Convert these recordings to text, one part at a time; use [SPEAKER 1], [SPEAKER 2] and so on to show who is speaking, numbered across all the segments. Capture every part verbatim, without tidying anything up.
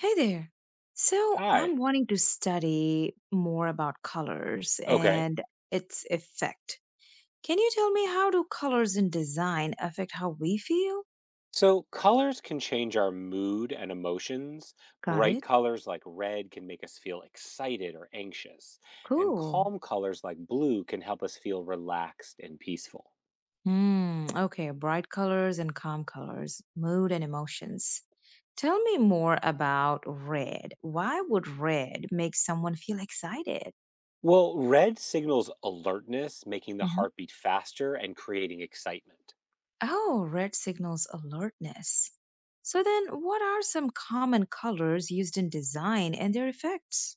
[SPEAKER 1] Hey there. So
[SPEAKER 2] Hi.
[SPEAKER 1] I'm wanting to study more about colors
[SPEAKER 2] Okay.
[SPEAKER 1] and its effect. Can you tell me how do colors in design affect how we feel?
[SPEAKER 2] So colors can change our mood and emotions.
[SPEAKER 1] Got
[SPEAKER 2] Bright
[SPEAKER 1] it.
[SPEAKER 2] colors like red can make us feel excited or anxious, and
[SPEAKER 1] Cool.
[SPEAKER 2] calm colors like blue can help us feel relaxed and peaceful.
[SPEAKER 1] Hmm. Okay. Bright colors and calm colors, mood and emotions. Tell me more about red. Why would red make someone feel excited?
[SPEAKER 2] Well, red signals alertness, making the heartbeat faster and creating excitement.
[SPEAKER 1] Oh, red signals alertness. So then, what are some common colors used in design and their effects?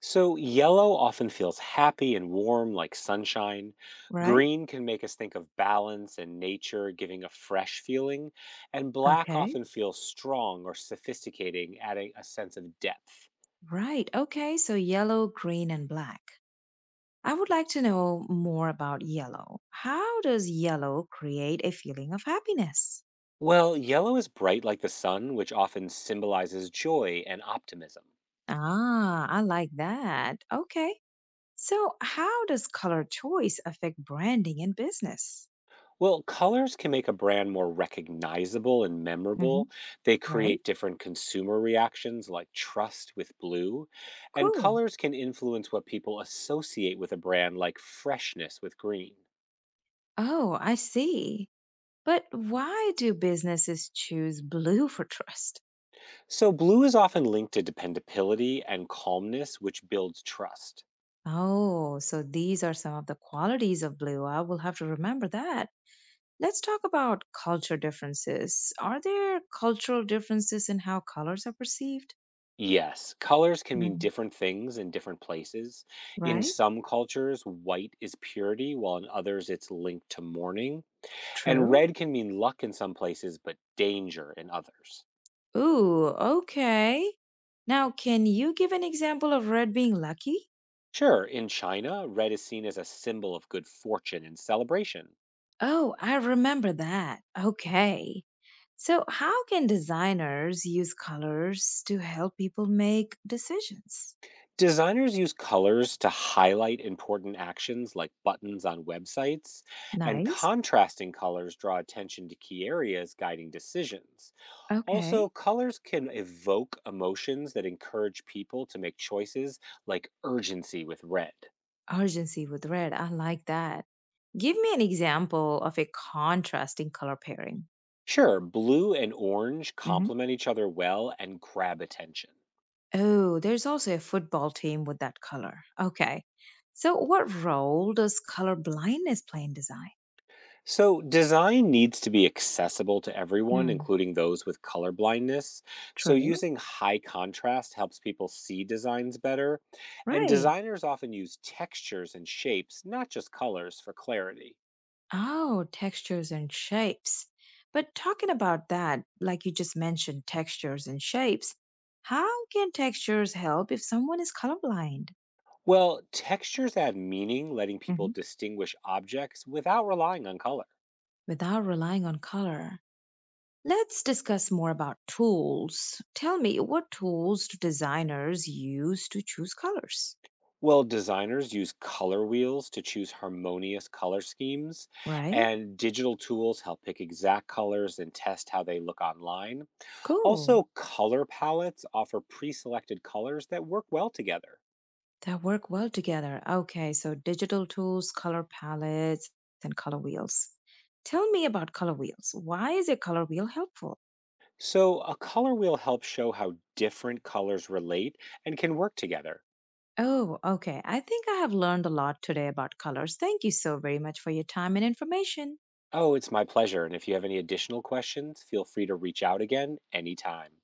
[SPEAKER 2] So, yellow often feels happy and warm like sunshine.
[SPEAKER 1] Right?
[SPEAKER 2] Green can make us think of balance and nature, giving a fresh feeling. And black
[SPEAKER 1] Okay.
[SPEAKER 2] often feels strong or sophisticating, adding a sense of depth.
[SPEAKER 1] Right. Okay. So yellow, green, and black. I would like to know more about yellow. How does yellow create a feeling of happiness?
[SPEAKER 2] Well, yellow is bright like the sun, which often symbolizes joy and optimism.
[SPEAKER 1] Ah, I like that. Okay. So, how does color choice affect branding and business?
[SPEAKER 2] Well, colors can make a brand more recognizable and
[SPEAKER 1] Hmm.
[SPEAKER 2] memorable. They
[SPEAKER 1] Right?
[SPEAKER 2] create different consumer reactions like trust with blue. And
[SPEAKER 1] Cool.
[SPEAKER 2] colors can influence what people associate with a brand like freshness with green.
[SPEAKER 1] Oh, I see. But why do businesses choose blue for trust?
[SPEAKER 2] So, blue is often linked to dependability and calmness, which builds trust.
[SPEAKER 1] Oh, so these are some of the qualities of blue. I will have to remember that. Let's talk about culture differences. Are there cultural differences in how colors are perceived?
[SPEAKER 2] Yes, colors can mean
[SPEAKER 1] Mm.
[SPEAKER 2] different things in different places. In
[SPEAKER 1] Right?
[SPEAKER 2] some cultures, white is purity, while in others, it's linked to mourning. And
[SPEAKER 1] True.
[SPEAKER 2] red can mean luck in some places, but danger in others.
[SPEAKER 1] Ooh, okay. Now, can you give an example of red being lucky?
[SPEAKER 2] Sure, in China, red is seen as a symbol of good fortune and celebration.
[SPEAKER 1] Oh, I remember that. Okay. So, how can designers use colors to help people make decisions?
[SPEAKER 2] Designers use colors to highlight important actions like buttons on websites, and
[SPEAKER 1] Nice.
[SPEAKER 2] contrasting colors draw attention to key areas guiding decisions. Also,
[SPEAKER 1] Okay.
[SPEAKER 2] colors can evoke emotions that encourage people to make choices like urgency with red.
[SPEAKER 1] Urgency with red. I like that. Give me an example of a contrasting color pairing.
[SPEAKER 2] Sure, blue and orange
[SPEAKER 1] Hmm.
[SPEAKER 2] complement each other well and grab attention.
[SPEAKER 1] Oh, there's also a football team with that color. Okay. So, what role does color blindness play in design?
[SPEAKER 2] So, design needs to be accessible to everyone,
[SPEAKER 1] Hmm.
[SPEAKER 2] including those with color blindness. So,
[SPEAKER 1] True.
[SPEAKER 2] using high contrast helps people see designs better. And
[SPEAKER 1] Right.
[SPEAKER 2] designers often use textures and shapes, not just colors, for clarity.
[SPEAKER 1] Oh, textures and shapes. But talking about that, like you just mentioned, textures and shapes, how can textures help if someone is colorblind?
[SPEAKER 2] Well, textures add meaning, letting people
[SPEAKER 1] Hmm.
[SPEAKER 2] distinguish objects without relying on color.
[SPEAKER 1] Without relying on color, let's discuss more about tools. Tell me, what tools do designers use to choose colors?
[SPEAKER 2] Well, designers use color wheels to choose harmonious color schemes,
[SPEAKER 1] Right?
[SPEAKER 2] and digital tools help pick exact colors and test how they look online.
[SPEAKER 1] Cool.
[SPEAKER 2] Also, color palettes offer pre-selected colors that work well together.
[SPEAKER 1] That work well together. Okay, so digital tools, color palettes, and color wheels. Tell me about color wheels. Why is a color wheel helpful?
[SPEAKER 2] So, a color wheel helps show how different colors relate and can work together.
[SPEAKER 1] Oh, okay. I think I have learned a lot today about colors. Thank you so very much for your time and information.
[SPEAKER 2] Oh, it's my pleasure. And if you have any additional questions, feel free to reach out again anytime.